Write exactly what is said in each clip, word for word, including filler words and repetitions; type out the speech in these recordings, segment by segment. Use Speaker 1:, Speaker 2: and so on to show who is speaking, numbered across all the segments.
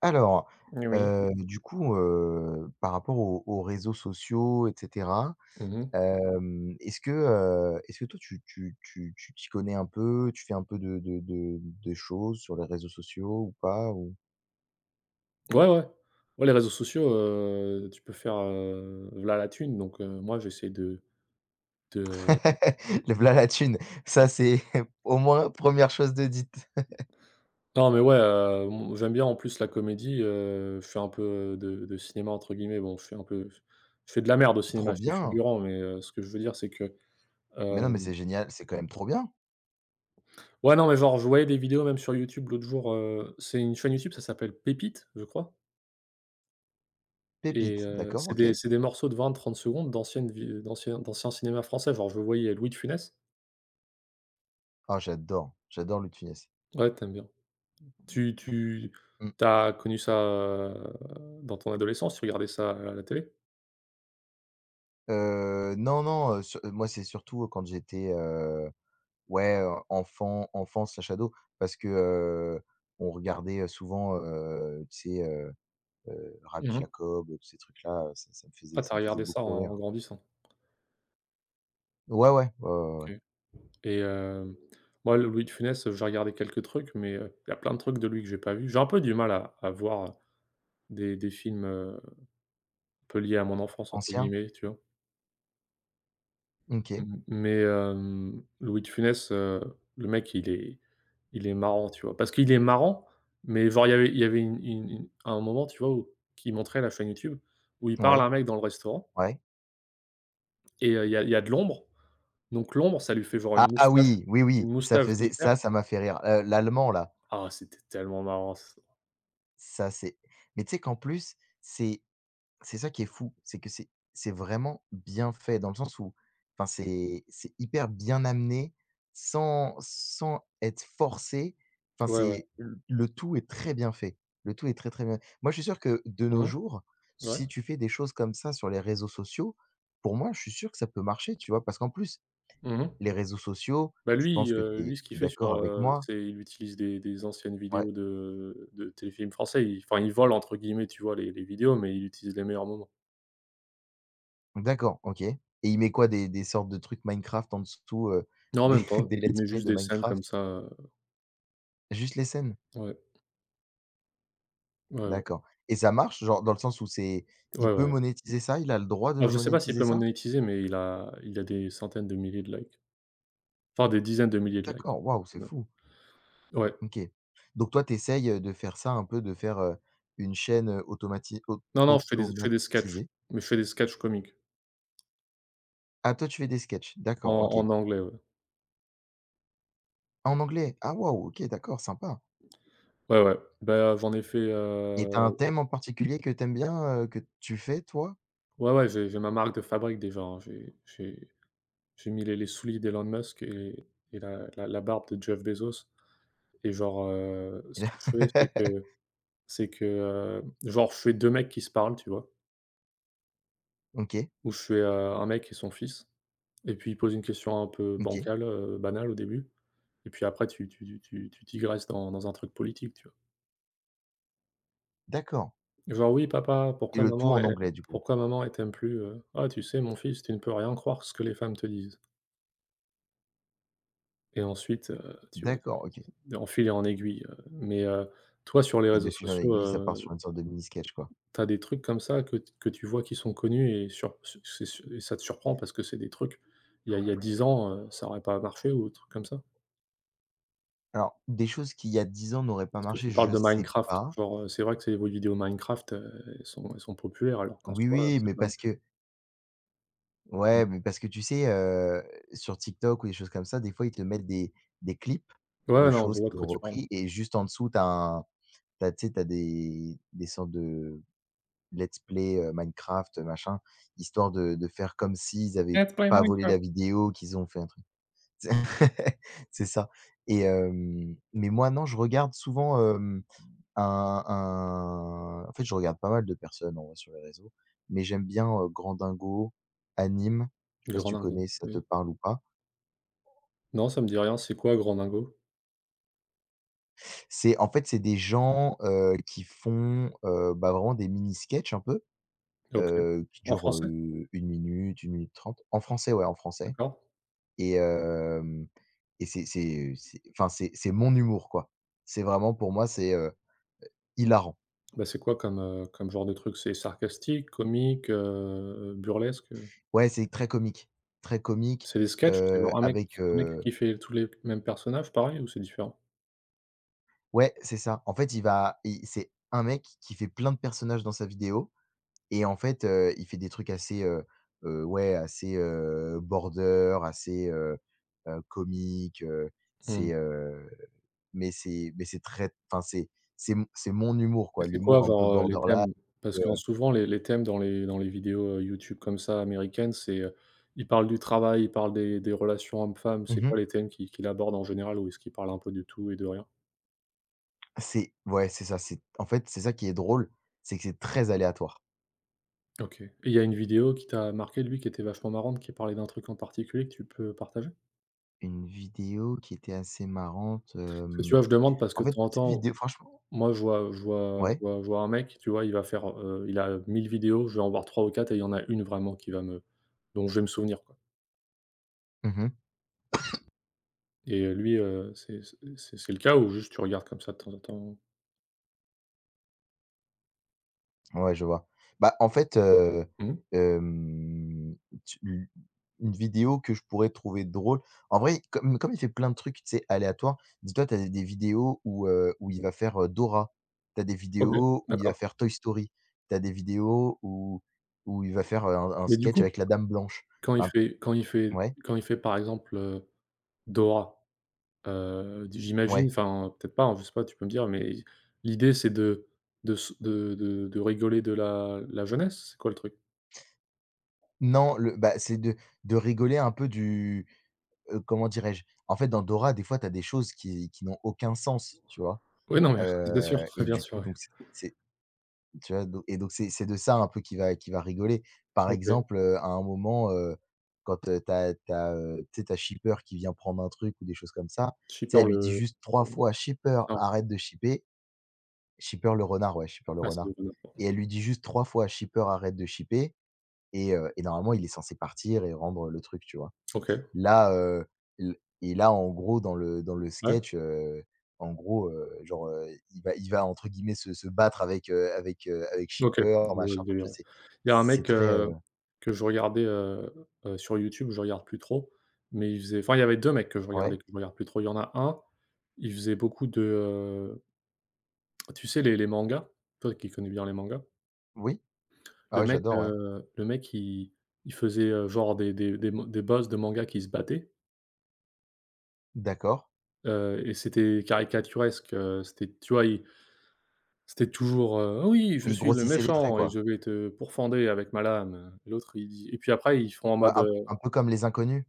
Speaker 1: Alors,
Speaker 2: Eh oui.
Speaker 1: Mmh. Du coup, heu, par rapport aux aux réseaux sociaux et cetera,
Speaker 2: Mmh mh.
Speaker 1: hem, est-ce que, heu, est-ce que toi tu tu tu tu t'y connais un peu? Tu fais un peu de de de de choses sur les réseaux sociaux ou pas? Ou
Speaker 2: Ouais, ouais. Ouais, les réseaux sociaux, heu, tu peux faire, heu, v'là la thune, donc heu, moi j'essaie de de
Speaker 1: le v'là la thune! Ça c'est au moins première chose de dite.
Speaker 2: Non mais ouais, heu, m j'aime bien en plus la comédie, heu, je fais un peu de de «cinéma» entre guillemets. Bon je fais un peu, je fais de la merde au
Speaker 1: Trop
Speaker 2: cinéma, je suis
Speaker 1: bien!
Speaker 2: figurant. Mais heu, ce que je veux dire c'est que,
Speaker 1: Mais non, mais c'est
Speaker 2: hem
Speaker 1: génial, c'est quand même trop bien!
Speaker 2: ouais, non mais genre je voyais des vidéos même sur YouTube l'autre jour. Heu, c'est une chaîne YouTube, ça s'appelle Pépites je crois. Et
Speaker 1: Pépite,
Speaker 2: heu,
Speaker 1: d'accord,
Speaker 2: c'est
Speaker 1: OK.
Speaker 2: des c'est des morceaux de vingt trente secondes d'anciennes vi d'anciens d'anciens cinéma français, genre je voyais Louis de Funès.
Speaker 1: Ah j'adore, j'adore Louis de Funès.
Speaker 2: Ouais, tu aimes bien. Tu tu
Speaker 1: Mmh.
Speaker 2: tu as connu ça, heu, dans ton adolescence? Tu regardais ça à la télé?
Speaker 1: Heu, non, non, heu, sur euh, moi c'est surtout quand j'étais, ouais, heu, enfant enfant/ado parce que, heu, on regardait, heu, souvent, heu, tu sais, heu heu, Rabbi
Speaker 2: Mmh.
Speaker 1: Jacob, tous ces trucs-là, heu, ça ça me faisait
Speaker 2: Ah, t'as
Speaker 1: ça me faisait
Speaker 2: regardé ça en
Speaker 1: beaucoup
Speaker 2: en
Speaker 1: rire.
Speaker 2: grandissant.
Speaker 1: Ouais, ouais, ouais, ouais,
Speaker 2: OK.
Speaker 1: ouais.
Speaker 2: Et hem, moi, le Louis de Funès, j'ai regardé quelques trucs, mais il y a plein de trucs de lui que j'ai pas vu. J'ai un peu du mal à à voir des des films, heu, un peu liés à mon enfance, entre
Speaker 1: Ancien?
Speaker 2: guillemets, tu vois?
Speaker 1: OK.
Speaker 2: Mmh, mais hem, Louis de Funès, heu, le mec il est il est marrant, tu vois? Parce qu'il est marrant, mais genre il y avait il y avait une une une un moment, tu vois, où qui montrait la chaîne YouTube, où il parle à
Speaker 1: Ouais,
Speaker 2: un mec dans le restaurant.
Speaker 1: ouais.
Speaker 2: Et heu, il y a il y a de l'ombre, donc l'ombre, ça lui fait genre une
Speaker 1: Ah ah,
Speaker 2: moustache,
Speaker 1: oui, oui,
Speaker 2: une
Speaker 1: oui, ça
Speaker 2: moustache
Speaker 1: faisait
Speaker 2: d'Hitler.
Speaker 1: ça, ça m'a fait rire. Heu, l'allemand là,
Speaker 2: Ah, c'était tellement marrant ç
Speaker 1: ça c'est mais tu sais qu'en plus, c'est C'est ça qui est fou, c'est que c'est c'est vraiment bien fait dans le sens où, enfin, c'est c'est hyper bien amené sans sans être forcé. Enfin,
Speaker 2: Ouais, ouais.
Speaker 1: c'est le le tout est très bien fait. Le tout est très, très bien. Moi je suis sûr que de nos
Speaker 2: Mhm.
Speaker 1: jours,
Speaker 2: Ouais.
Speaker 1: si tu fais des choses comme ça sur les réseaux sociaux, pour moi je suis sûr que ça peut marcher, tu vois? Parce qu'en plus
Speaker 2: Mhm.
Speaker 1: les réseaux sociaux,
Speaker 2: Bah,
Speaker 1: je
Speaker 2: lui,
Speaker 1: pense que
Speaker 2: heu,
Speaker 1: tu
Speaker 2: lui,
Speaker 1: es
Speaker 2: ce qu'il
Speaker 1: tu
Speaker 2: fait
Speaker 1: d'accord
Speaker 2: sur,
Speaker 1: avec
Speaker 2: heu,
Speaker 1: moi?
Speaker 2: c'est il utilise des des anciennes
Speaker 1: Ouais,
Speaker 2: vidéos de de téléfilms français. Il, enfin, il «vole» entre guillemets, tu vois, les les vidéos, mais il utilise les meilleurs moments.
Speaker 1: d'accord, OK. Et il met quoi? Des des sortes de trucs Minecraft en dessous, heu,
Speaker 2: Non,
Speaker 1: des
Speaker 2: même pas.
Speaker 1: des
Speaker 2: Il
Speaker 1: let's
Speaker 2: met
Speaker 1: play
Speaker 2: juste
Speaker 1: de
Speaker 2: des scènes comme
Speaker 1: Minecraft?
Speaker 2: ça, heu,
Speaker 1: Juste les scènes?
Speaker 2: ouais, ouais, ouais,
Speaker 1: D'accord, et ça marche? Genre, dans le sens où c'est, il
Speaker 2: ouais,
Speaker 1: peut
Speaker 2: ouais.
Speaker 1: monétiser ça? Il a le droit de
Speaker 2: Alors je sais pas s'il
Speaker 1: monétiser
Speaker 2: peut
Speaker 1: ça?
Speaker 2: monétiser, mais il a il a des centaines de milliers de likes, enfin des dizaines de milliers de likes.
Speaker 1: D'accord, waouh, c'est
Speaker 2: Ouais,
Speaker 1: fou!
Speaker 2: ouais.
Speaker 1: OK. Donc toi, tu essayes, heu, de faire ça un peu, de faire, heu, une chaîne, heu, automati au
Speaker 2: Non, non, je fais des je fais des sketchs,
Speaker 1: automatisée?
Speaker 2: mais je fais des sketchs comiques
Speaker 1: Ah, toi, tu fais des sketchs? D'accord,
Speaker 2: en
Speaker 1: OK.
Speaker 2: en anglais, ouais.
Speaker 1: En anglais? Ah waouh, OK, d'accord, sympa.
Speaker 2: Ouais, ouais, bah, j'en ai fait,
Speaker 1: Et tu as un
Speaker 2: heu,
Speaker 1: thème en particulier que tu aimes bien, heu, que tu fais, toi?
Speaker 2: ouais, ouais, j'ai j'ai ma marque de fabrique déjà, hein. J'ai j'ai j'ai mis les les souliers d'Elon Musk et et la la la barbe de Jeff Bezos, et genre, heu, ce que je fais, c'est que, c'est que, heu, genre je fais deux mecs qui se parlent, tu vois?
Speaker 1: OK,
Speaker 2: Où je suis, heu, un mec et son fils, et puis il pose une question un peu
Speaker 1: OK,
Speaker 2: bancale, heu, banale au début, et puis après tu tu tu tu tu digresses dans dans un truc politique, tu vois?
Speaker 1: d'accord.
Speaker 2: Genre: «Oui papa,
Speaker 1: Et
Speaker 2: pourquoi
Speaker 1: le tout
Speaker 2: maman
Speaker 1: en
Speaker 2: elle
Speaker 1: anglais, du coup?
Speaker 2: pourquoi maman elle t'aime plus?» heu, «Ah tu sais mon fils, tu ne peux rien croire ce que les femmes te disent.» Et ensuite, heu, tu vois?
Speaker 1: D'accord, OK.
Speaker 2: En fil et en aiguille, heu, mais, heu, toi sur les
Speaker 1: Et de
Speaker 2: réseaux
Speaker 1: fil en
Speaker 2: sociaux,
Speaker 1: aiguille, ça part
Speaker 2: heu,
Speaker 1: sur une sorte de mini sketch, quoi?
Speaker 2: tu des trucs comme ça que que tu vois qui sont connus et sur... c'est... et ça te surprend parce que c'est des trucs, il y a il y a dix ans, heu, ça aurait pas marché, ou des trucs comme ça?
Speaker 1: Alors, des choses qui il y a dix ans n'auraient pas
Speaker 2: Parce que
Speaker 1: marché,
Speaker 2: tu
Speaker 1: je
Speaker 2: parles de
Speaker 1: sais
Speaker 2: Minecraft,
Speaker 1: pas.
Speaker 2: genre, euh, c'est vrai que ces les jeux vidéo Minecraft, heu, elles sont elles sont populaires alors qu'en
Speaker 1: Oui,
Speaker 2: soi,
Speaker 1: oui,
Speaker 2: c'est
Speaker 1: mais
Speaker 2: pas non
Speaker 1: parce
Speaker 2: plus...
Speaker 1: que, ouais,
Speaker 2: mmh.
Speaker 1: mais parce que tu sais, heu, sur TikTok ou des choses comme ça, des fois, ils te mettent des des clips
Speaker 2: Ouais,
Speaker 1: de
Speaker 2: ouais, non, je
Speaker 1: choses
Speaker 2: vois de
Speaker 1: qu'ils ont
Speaker 2: quoi tu parles.
Speaker 1: repris et juste en dessous, t'as as un, tu tu sais, t'as des des sortes de let's play, heu, Minecraft, machin, histoire de de faire comme s'ils avaient
Speaker 2: Let's play
Speaker 1: pas volé
Speaker 2: Minecraft.
Speaker 1: la vidéo, qu'ils ont fait un truc. C'est ça. Et hem, mais moi non, je regarde souvent, hem Un un en fait, je regarde pas mal de personnes en vrai sur les réseaux, mais j'aime bien, heu, Grand Dingo, Anime. Je sais pas si tu
Speaker 2: Grandingo,
Speaker 1: connais, si ça te
Speaker 2: oui.
Speaker 1: parle ou pas?
Speaker 2: Non, ça me dit rien, c'est quoi Grandingo?
Speaker 1: C'est en fait, c'est des gens, heu, qui font, heu, bah, vraiment des mini sketchs un peu,
Speaker 2: OK.
Speaker 1: heu, qui
Speaker 2: En
Speaker 1: durent, heu,
Speaker 2: français?
Speaker 1: une minute, une minute trente, en français, ouais, en français.
Speaker 2: D'accord.
Speaker 1: Et hem et c'est c'est c'est enfin, c'est c'est mon humour, quoi. C'est vraiment pour moi, c'est, heu, hilarant.
Speaker 2: Bah, c'est quoi comme, heu, comme genre de truc? C'est sarcastique, comique, heu, burlesque, heu?
Speaker 1: Ouais, c'est très comique, très comique,
Speaker 2: C'est des sketchs? C'est
Speaker 1: heu,
Speaker 2: genre un mec
Speaker 1: avec,
Speaker 2: un mec
Speaker 1: heu
Speaker 2: qui fait tous les mêmes personnages pareil, ou c'est différent?
Speaker 1: ouais, c'est ça. En fait, il va il c'est un mec qui fait plein de personnages dans sa vidéo et en fait, heu, il fait des trucs assez, heu heu, ouais, assez, heu, border, assez, heu heu, comique, heu,
Speaker 2: Mmh.
Speaker 1: c'est, heu, mais c'est mais c'est très, enfin, c'est c'est mon c'est mon humour,
Speaker 2: Mais
Speaker 1: quoi,
Speaker 2: c'est quoi
Speaker 1: l'humour un peu
Speaker 2: genre, heu, les
Speaker 1: borderline,
Speaker 2: thèmes? Parce que
Speaker 1: heu
Speaker 2: souvent les les thèmes dans les dans les vidéos, heu, YouTube comme ça américaines, c'est, heu, ils parlent du travail, ils parlent des des relations hommes-femmes. C'est
Speaker 1: mmh
Speaker 2: quoi les thèmes qu'il qu'il aborde en général, ou est-ce qu'il parle un peu de tout et de rien?
Speaker 1: c'est, ouais, c'est ça, c'est, en fait, c'est ça qui est drôle, c'est que c'est très aléatoire.
Speaker 2: OK. Et il y a une vidéo qui t'a marqué, lui, qui était vachement marrante, qui parlait d'un truc en particulier, que tu peux partager?
Speaker 1: Une vidéo qui était assez marrante,
Speaker 2: Parce que tu
Speaker 1: hem,
Speaker 2: vois, je demande parce que
Speaker 1: en
Speaker 2: de
Speaker 1: fait,
Speaker 2: temps
Speaker 1: toutes
Speaker 2: en
Speaker 1: ces
Speaker 2: temps,
Speaker 1: vidéos franchement,
Speaker 2: moi je vois je vois je
Speaker 1: ouais?
Speaker 2: vois je vois un mec, tu vois, il va faire, heu, il a mille vidéos, je vais en voir trois ou quatre, et il y en a une vraiment qui va me dont je vais me souvenir, quoi.
Speaker 1: Mmh.
Speaker 2: Et heu, lui, heu, c'est c'est c'est le cas, ou juste tu regardes comme ça de temps en temps?
Speaker 1: Ouais, je vois. Bah, en fait, heu,
Speaker 2: Mmh.
Speaker 1: hem, tu u une vidéo que je pourrais trouver drôle en vrai, comme comme il fait plein de trucs, tu sais, aléatoires, dis-toi, tu as des vidéos où, heu, où il va faire, heu, Dora, tu as des
Speaker 2: OK,
Speaker 1: vidéos où il va
Speaker 2: d'accord.
Speaker 1: faire Toy Story, tu as des vidéos où où il va faire, heu, un un
Speaker 2: Mais du
Speaker 1: sketch
Speaker 2: coup,
Speaker 1: avec la Dame Blanche.
Speaker 2: quand il
Speaker 1: Un
Speaker 2: fait, quand il fait
Speaker 1: Ouais,
Speaker 2: quand il fait par exemple, heu, Dora, heu, j'imagine,
Speaker 1: ouais.
Speaker 2: enfin peut-être pas, hein, je sais pas, tu peux me dire, mais l'idée c'est de de s de de de rigoler de la la jeunesse? C'est quoi le truc?
Speaker 1: Non, le bah, c'est de de rigoler un peu du, heu, comment dirais-je? En fait, dans Dora, des fois, tu as des choses qui qui n'ont aucun sens, tu vois?
Speaker 2: Oui, non mais bien sûr,
Speaker 1: Heu et
Speaker 2: bien
Speaker 1: du
Speaker 2: sûr,
Speaker 1: coup,
Speaker 2: ouais.
Speaker 1: donc c'est c'est tu vois? Do Et donc c'est c'est de ça un peu qu'il va qu'il va rigoler. Par
Speaker 2: OK.
Speaker 1: exemple, heu, à un moment, heu, quand, heu, tu as tu as, heu, tu sais, tu as Shipper qui vient prendre un truc ou des choses comme ça, tu sais,
Speaker 2: Super
Speaker 1: elle lui dit
Speaker 2: le
Speaker 1: juste trois fois:
Speaker 2: le
Speaker 1: «Shipper,
Speaker 2: singe.
Speaker 1: arrête de shipper». Shipper le renard, ouais, Shipper le
Speaker 2: Ah c'est
Speaker 1: renard,
Speaker 2: le
Speaker 1: et
Speaker 2: bonhomme.
Speaker 1: elle lui dit juste trois fois: «Shipper, arrête de shipper». Et heu et normalement, il est censé partir et rendre le truc, tu vois?
Speaker 2: OK,
Speaker 1: Là, heu, l Et là, en gros, dans le dans le
Speaker 2: ouais.
Speaker 1: sketch, heu, en gros, heu, genre, heu, il va il va, entre guillemets, se se battre avec, heu, avec, heu, avec
Speaker 2: OK,
Speaker 1: Chipper,
Speaker 2: je vois le
Speaker 1: machin, enfin, tu
Speaker 2: délire,
Speaker 1: vois?
Speaker 2: ouais.
Speaker 1: C'est
Speaker 2: Il y a un
Speaker 1: c'est
Speaker 2: mec,
Speaker 1: très,
Speaker 2: heu,
Speaker 1: heu
Speaker 2: que je regardais, heu heu, sur YouTube, je regarde plus trop, mais il faisait, enfin, il y avait deux mecs que je
Speaker 1: ouais,
Speaker 2: regardais, que je regarde plus trop. Il y en a un, il faisait beaucoup de, heu, tu sais les les mangas? Toi qui connais bien les mangas.
Speaker 1: oui, ah
Speaker 2: Le
Speaker 1: ouais,
Speaker 2: mec,
Speaker 1: j'adore, ouais,
Speaker 2: heu, le mec il il faisait, heu, genre des des des mo des boss de mangas qui se battaient,
Speaker 1: d'accord.
Speaker 2: heu et c'était caricaturesque, heu, c'était, tu vois, il c'était toujours, heu: «Oui, je
Speaker 1: Il
Speaker 2: suis le
Speaker 1: grossissait les traits,
Speaker 2: méchant et
Speaker 1: quoi?
Speaker 2: je vais te pourfender avec ma lame». Et l'autre il dit, et puis après ils font en
Speaker 1: Un
Speaker 2: mode,
Speaker 1: un peu
Speaker 2: euh,
Speaker 1: un peu comme Les Inconnus?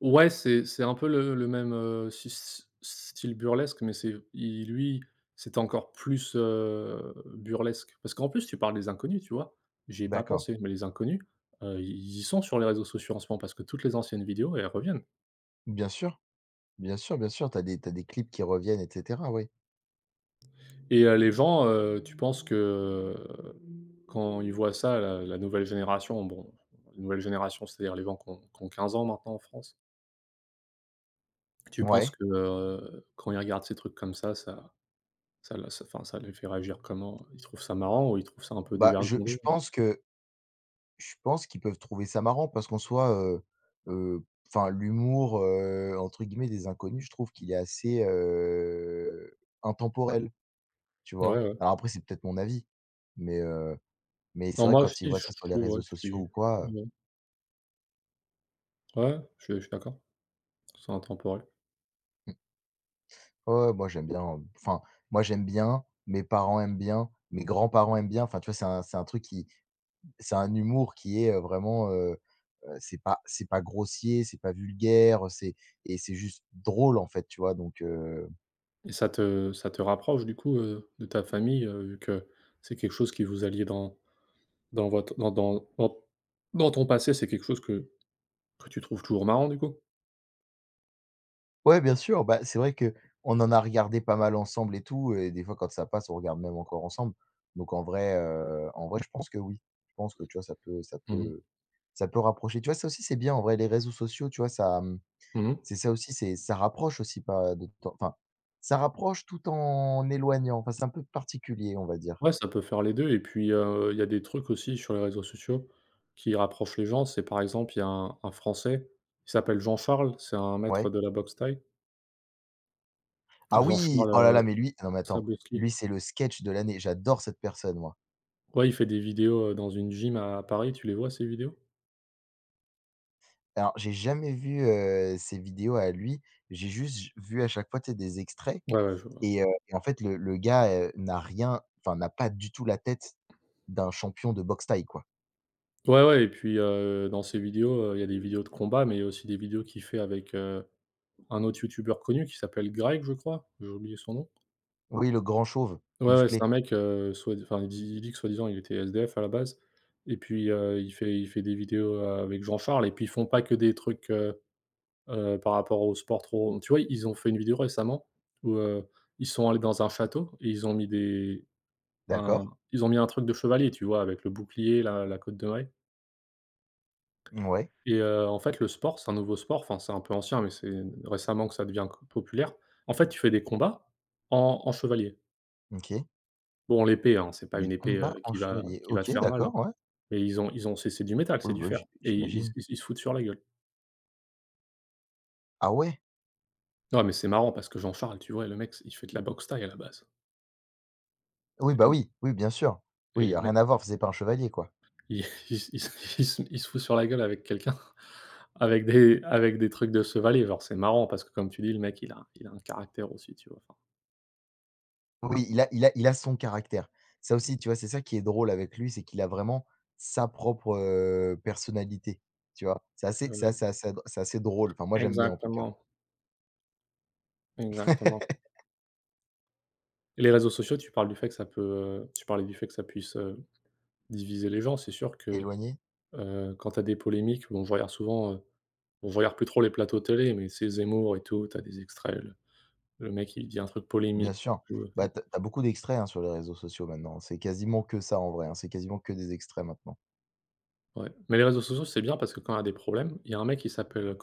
Speaker 2: ouais, c'est c'est un peu le le même, heu, sty s style burlesque, mais c'est il lui, c'était encore plus, heu, burlesque. Parce qu'en plus, tu parles des Inconnus, tu vois? J'y ai pas
Speaker 1: D'accord.
Speaker 2: pensé, mais les Inconnus, heu, ils y sont sur les réseaux sociaux en ce moment parce que toutes les anciennes vidéos, elles reviennent.
Speaker 1: Bien sûr, bien sûr, bien sûr, t'as des t'as des clips qui reviennent et cetera, oui.
Speaker 2: Et heu, les gens, heu, tu penses que, euh, quand ils voient ça, la la nouvelle génération, bon, la nouvelle génération, c'est-à-dire les gens qui ont qui ont quinze ans maintenant en France, tu penses
Speaker 1: Ouais,
Speaker 2: que, heu, quand ils regardent ces trucs comme ça, ça Ça la ça enfin, ça les fait réagir comment? Ils trouvent ça marrant, ou ils trouvent ça un peu
Speaker 1: bah, je
Speaker 2: dévergondé?
Speaker 1: je pense que Je pense qu'ils peuvent trouver ça marrant parce qu'en soi, heu heu, enfin, l'humour, heu, entre guillemets «des inconnus», je trouve qu'il est assez, heu, intemporel, tu
Speaker 2: Ouais,
Speaker 1: vois?
Speaker 2: ouais.
Speaker 1: Alors après, c'est peut-être mon avis, mais heu, mais c'est
Speaker 2: Non,
Speaker 1: vrai
Speaker 2: moi
Speaker 1: quand ils
Speaker 2: aussi,
Speaker 1: voient
Speaker 2: je
Speaker 1: ça sur les
Speaker 2: trouve,
Speaker 1: réseaux
Speaker 2: ouais, je
Speaker 1: sociaux
Speaker 2: suis
Speaker 1: ou quoi,
Speaker 2: ouais, ouais, je suis je suis d'accord, c'est intemporel.
Speaker 1: heu, ouais, ouais, moi j'aime bien, heu, enfin, moi j'aime bien, mes parents aiment bien, mes grands-parents aiment bien, enfin tu vois? C'est un c'est un truc qui, c'est un humour qui est, heu, vraiment, heu heu, c'est pas c'est pas grossier, c'est pas vulgaire, c'est et c'est juste drôle en fait, tu vois? Donc heu
Speaker 2: Et ça te ça te rapproche du coup, heu, de ta famille, heu, vu que c'est quelque chose qui vous alliez dans dans votre dans dans dans dans ton passé, c'est quelque chose que que tu trouves toujours marrant du coup?
Speaker 1: ouais, bien sûr, bah, c'est vrai que on en a regardé pas mal ensemble et tout, et des fois quand ça passe, on regarde même encore ensemble. Donc en vrai, heu, en vrai, je pense que oui. Je pense que, tu vois, ça peut ça
Speaker 2: Mmh mh.
Speaker 1: peut ça peut rapprocher. Tu vois, ça aussi, c'est bien en vrai, les réseaux sociaux, tu vois, ça, mmh,
Speaker 2: Mmh.
Speaker 1: c'est ça aussi, c'est, ça rapproche aussi pas de temps, enfin, ça rapproche tout en éloignant. Enfin, c'est un peu particulier, on va dire.
Speaker 2: Ouais, ça peut faire les deux. Et puis, heu, il y a des trucs aussi sur les réseaux sociaux qui rapprochent les gens. C'est par exemple, il y a un un Français, il s'appelle Jean-Charles, c'est un
Speaker 1: Ouais.
Speaker 2: maître de la boxe thaï.
Speaker 1: Ah oui!
Speaker 2: Jean-Charles,
Speaker 1: Oh là là,
Speaker 2: heu,
Speaker 1: mais lui, non mais attends,
Speaker 2: Sabowski.
Speaker 1: lui, c'est le sketch de l'année. J'adore cette personne, moi.
Speaker 2: Ouais, il fait des vidéos, heu, dans une gym à Paris, tu les vois ces vidéos?
Speaker 1: Alors, j'ai jamais vu, heu, ses vidéos à lui. J'ai juste j vu à chaque fois, tu sais, des extraits.
Speaker 2: Ouais, ouais, je vois.
Speaker 1: Et heu et en fait, le le gars, heu, n'a rien, enfin, n'a pas du tout la tête d'un champion de boxe thaï, quoi.
Speaker 2: Ouais, ouais, et puis, heu, dans ses vidéos, heu, il y a des vidéos de combat, mais il y a aussi des vidéos qu'il fait avec, heu, un autre youtubeur connu qui s'appelle Greg, je crois, j'ai oublié son nom.
Speaker 1: Oui, le grand chauve,
Speaker 2: Ouais, ouais, c'est
Speaker 1: musclé.
Speaker 2: un mec, heu, soit, enfin, il dit il dit que soi-disant il était S D F à la base, et puis, heu, il fait il fait des vidéos, heu, avec Jean Charles, et puis ils font pas que des trucs, heu heu, par rapport au sport trop, tu vois? Ils ont fait une vidéo récemment où, heu, ils sont allés dans un château et ils ont mis des... un
Speaker 1: D'accord.
Speaker 2: ils ont mis un truc de chevalier, tu vois? Avec le bouclier, la la côte de mailles.
Speaker 1: Ouais,
Speaker 2: Et heu, en fait, le sport, c'est un nouveau sport, enfin, c'est un peu ancien, mais c'est récemment que ça devient co populaire. En fait, tu fais des combats en en chevalier.
Speaker 1: OK.
Speaker 2: Bon, l'épée, hein, c'est pas
Speaker 1: Des
Speaker 2: une épée,
Speaker 1: combats
Speaker 2: heu,
Speaker 1: en
Speaker 2: qui va
Speaker 1: chevalier.
Speaker 2: qui va te
Speaker 1: OK,
Speaker 2: faire mal, hein.
Speaker 1: d'accord, ouais.
Speaker 2: Mais ils ont ils ont c'est c'est du métal,
Speaker 1: Oui,
Speaker 2: c'est du
Speaker 1: bah, oui,
Speaker 2: fer,
Speaker 1: j
Speaker 2: et ils
Speaker 1: j'imagine.
Speaker 2: ils ils se foutent sur la gueule.
Speaker 1: Ah ouais?
Speaker 2: Non, mais c'est marrant parce que Jean-Charles, tu vois, le mec, il fait de la boxe thaï à la base,
Speaker 1: Oui, bah,
Speaker 2: et
Speaker 1: oui, oui, bien sûr.
Speaker 2: et
Speaker 1: Oui, y
Speaker 2: le
Speaker 1: a rien
Speaker 2: mec,
Speaker 1: à voir, enfin, c'est pas un chevalier, quoi.
Speaker 2: il il se il se il se il se fout sur la gueule avec quelqu'un, avec des avec des trucs de chevalier. Genre, c'est marrant parce que, comme tu dis, le mec, il a il a un caractère aussi, tu vois?
Speaker 1: Oui, il a il a il a son caractère. Ça aussi, tu vois, c'est ça qui est drôle avec lui, c'est qu'il a vraiment sa propre, heu, personnalité, tu vois? C'est assez
Speaker 2: Enfin,
Speaker 1: c'est
Speaker 2: heu
Speaker 1: assez assez c'est assez drôle. Enfin, moi, j'aime bien en tout cas.
Speaker 2: exactement, exactement. Et les réseaux sociaux, tu parles du fait que ça peut, heu, tu parlais du fait que ça puisse, heu, diviser les gens. C'est sûr que,
Speaker 1: Éloigné?
Speaker 2: heu, quand tu as des polémiques, bon, je regarde souvent, euh, on regarde plus trop les plateaux télé, mais c'est Zemmour et tout, tu as des extraits, le le mec il dit un truc
Speaker 1: Bien
Speaker 2: polémique,
Speaker 1: sûr.
Speaker 2: ou, heu
Speaker 1: Bah, t'as as beaucoup d'extraits, hein, sur les réseaux sociaux maintenant. C'est quasiment que ça en vrai, hein, c'est quasiment que des extraits maintenant.
Speaker 2: ouais. Mais les réseaux sociaux, c'est bien parce que quand il y a des problèmes, il y a un mec qui s'appelle, heu,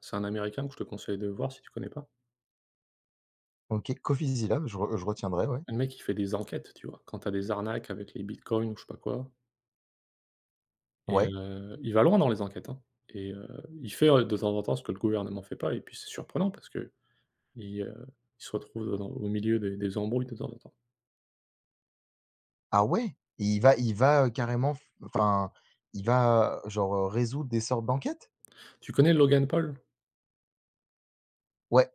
Speaker 2: c'est un américain que je te conseille de voir si tu connais pas.
Speaker 1: OK, Coffeezilla, je re je retiendrai, ouais.
Speaker 2: Le mec il fait des enquêtes, tu vois? Quand tu as des arnaques avec les bitcoins ou je sais pas quoi. Et
Speaker 1: Ouais.
Speaker 2: heu, il va loin dans les enquêtes, hein. Et heu, il fait, heu, de temps en temps, ce que le gouvernement fait pas, et puis c'est surprenant parce qu'il, heu, il se retrouve dans... au milieu des des embrouilles de temps en temps.
Speaker 1: Ah ouais? Et il va il va, heu, carrément, f enfin, il va, euh, genre, heu, résoudre des sortes d'enquêtes?
Speaker 2: Tu connais Logan Paul?
Speaker 1: Ouais.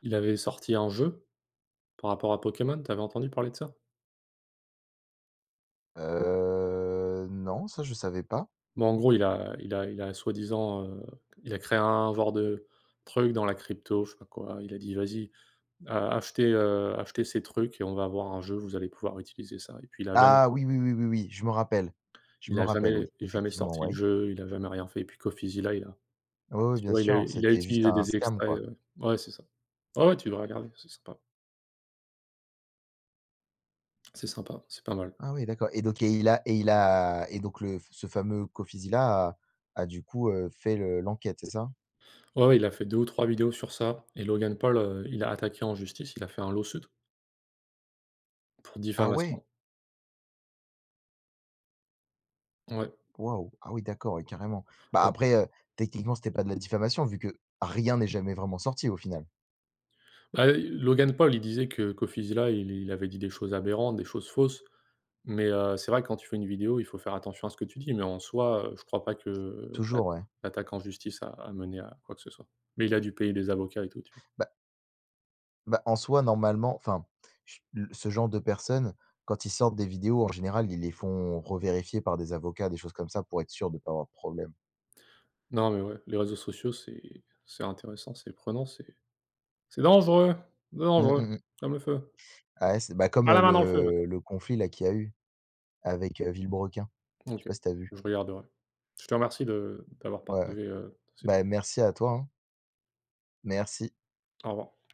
Speaker 2: Il avait sorti un jeu par rapport à Pokémon, tu avais entendu parler de ça?
Speaker 1: Heu, non, ça je savais pas.
Speaker 2: Bon, en gros, il a il a il a soi-disant, heu, il a créé un genre de truc dans la crypto, je sais pas quoi. Il a dit: «Vas-y, heu, achetez, heu, achetez ces trucs et on va avoir un jeu, vous allez pouvoir utiliser ça», et puis il a jamais
Speaker 1: Ah oui, oui, oui, oui, oui, je me rappelle. Je
Speaker 2: il
Speaker 1: me
Speaker 2: a
Speaker 1: rappelle,
Speaker 2: jamais
Speaker 1: oui,
Speaker 2: il a jamais
Speaker 1: effectivement,
Speaker 2: sorti le
Speaker 1: ouais.
Speaker 2: jeu, il a jamais rien fait, et puis Coffeezilla, il a...
Speaker 1: Oui, oui,
Speaker 2: tu
Speaker 1: bien
Speaker 2: vois, il a
Speaker 1: sûr,
Speaker 2: il a
Speaker 1: c'était juste
Speaker 2: utilisé
Speaker 1: un
Speaker 2: des
Speaker 1: scam,
Speaker 2: extraits,
Speaker 1: quoi.
Speaker 2: heu ouais, c'est ça. Ouais, ouais, tu devrais regarder, c'est sympa. C'est sympa, c'est pas mal.
Speaker 1: Ah oui, d'accord. Et donc et il a et il a et donc le ce fameux Coffizilla a a du coup, heu, fait le l'enquête, c'est ça?
Speaker 2: Ouais, ouais, il a fait deux ou trois vidéos sur ça, et Logan Paul, heu, il a attaqué en justice, il a fait un lawsuit pour
Speaker 1: Ah ouais?
Speaker 2: diffamation. Ouais.
Speaker 1: Waouh! Ah oui, d'accord, ouais, carrément. Bah, après, heu, techniquement, c'était pas de la diffamation vu que rien n'est jamais vraiment sorti au final.
Speaker 2: Bah, Logan Paul, il disait que qu'Offiziella, il il avait dit des choses aberrantes, des choses fausses, mais heu, c'est vrai que quand tu fais une vidéo, il faut faire attention à ce que tu dis, mais en soi, heu, je crois pas que l'a
Speaker 1: Toujours, ouais.
Speaker 2: l'attaque en justice a a mené à quoi que ce soit. Mais il a dû payer des avocats et tout, tu vois?
Speaker 1: Bah Bah, en soi, normalement, enfin, ch l ce genre de personnes, quand ils sortent des vidéos, en général, ils les font revérifier par des avocats, des choses comme ça, pour être sûr de ne pas avoir de problème.
Speaker 2: Non, mais ouais, les réseaux sociaux, c'est c'est intéressant, c'est prenant, c'est... c'est dangereux, c'est
Speaker 1: Mmh,
Speaker 2: dangereux
Speaker 1: mmh mh.
Speaker 2: comme le feu.
Speaker 1: Ah ouais, c'est bah, comme,
Speaker 2: Pas
Speaker 1: heu,
Speaker 2: la main dans le feu, ouais.
Speaker 1: le le conflit là qu'il y a eu avec, heu, Villebrequin. Je sais
Speaker 2: OK,
Speaker 1: pas si t'as vu?
Speaker 2: je regarderai. Je te remercie de d'avoir
Speaker 1: Ouais, ouais.
Speaker 2: partagé, heu, ces
Speaker 1: Bah,
Speaker 2: trucs.
Speaker 1: merci à toi, hein. Merci.
Speaker 2: Au revoir.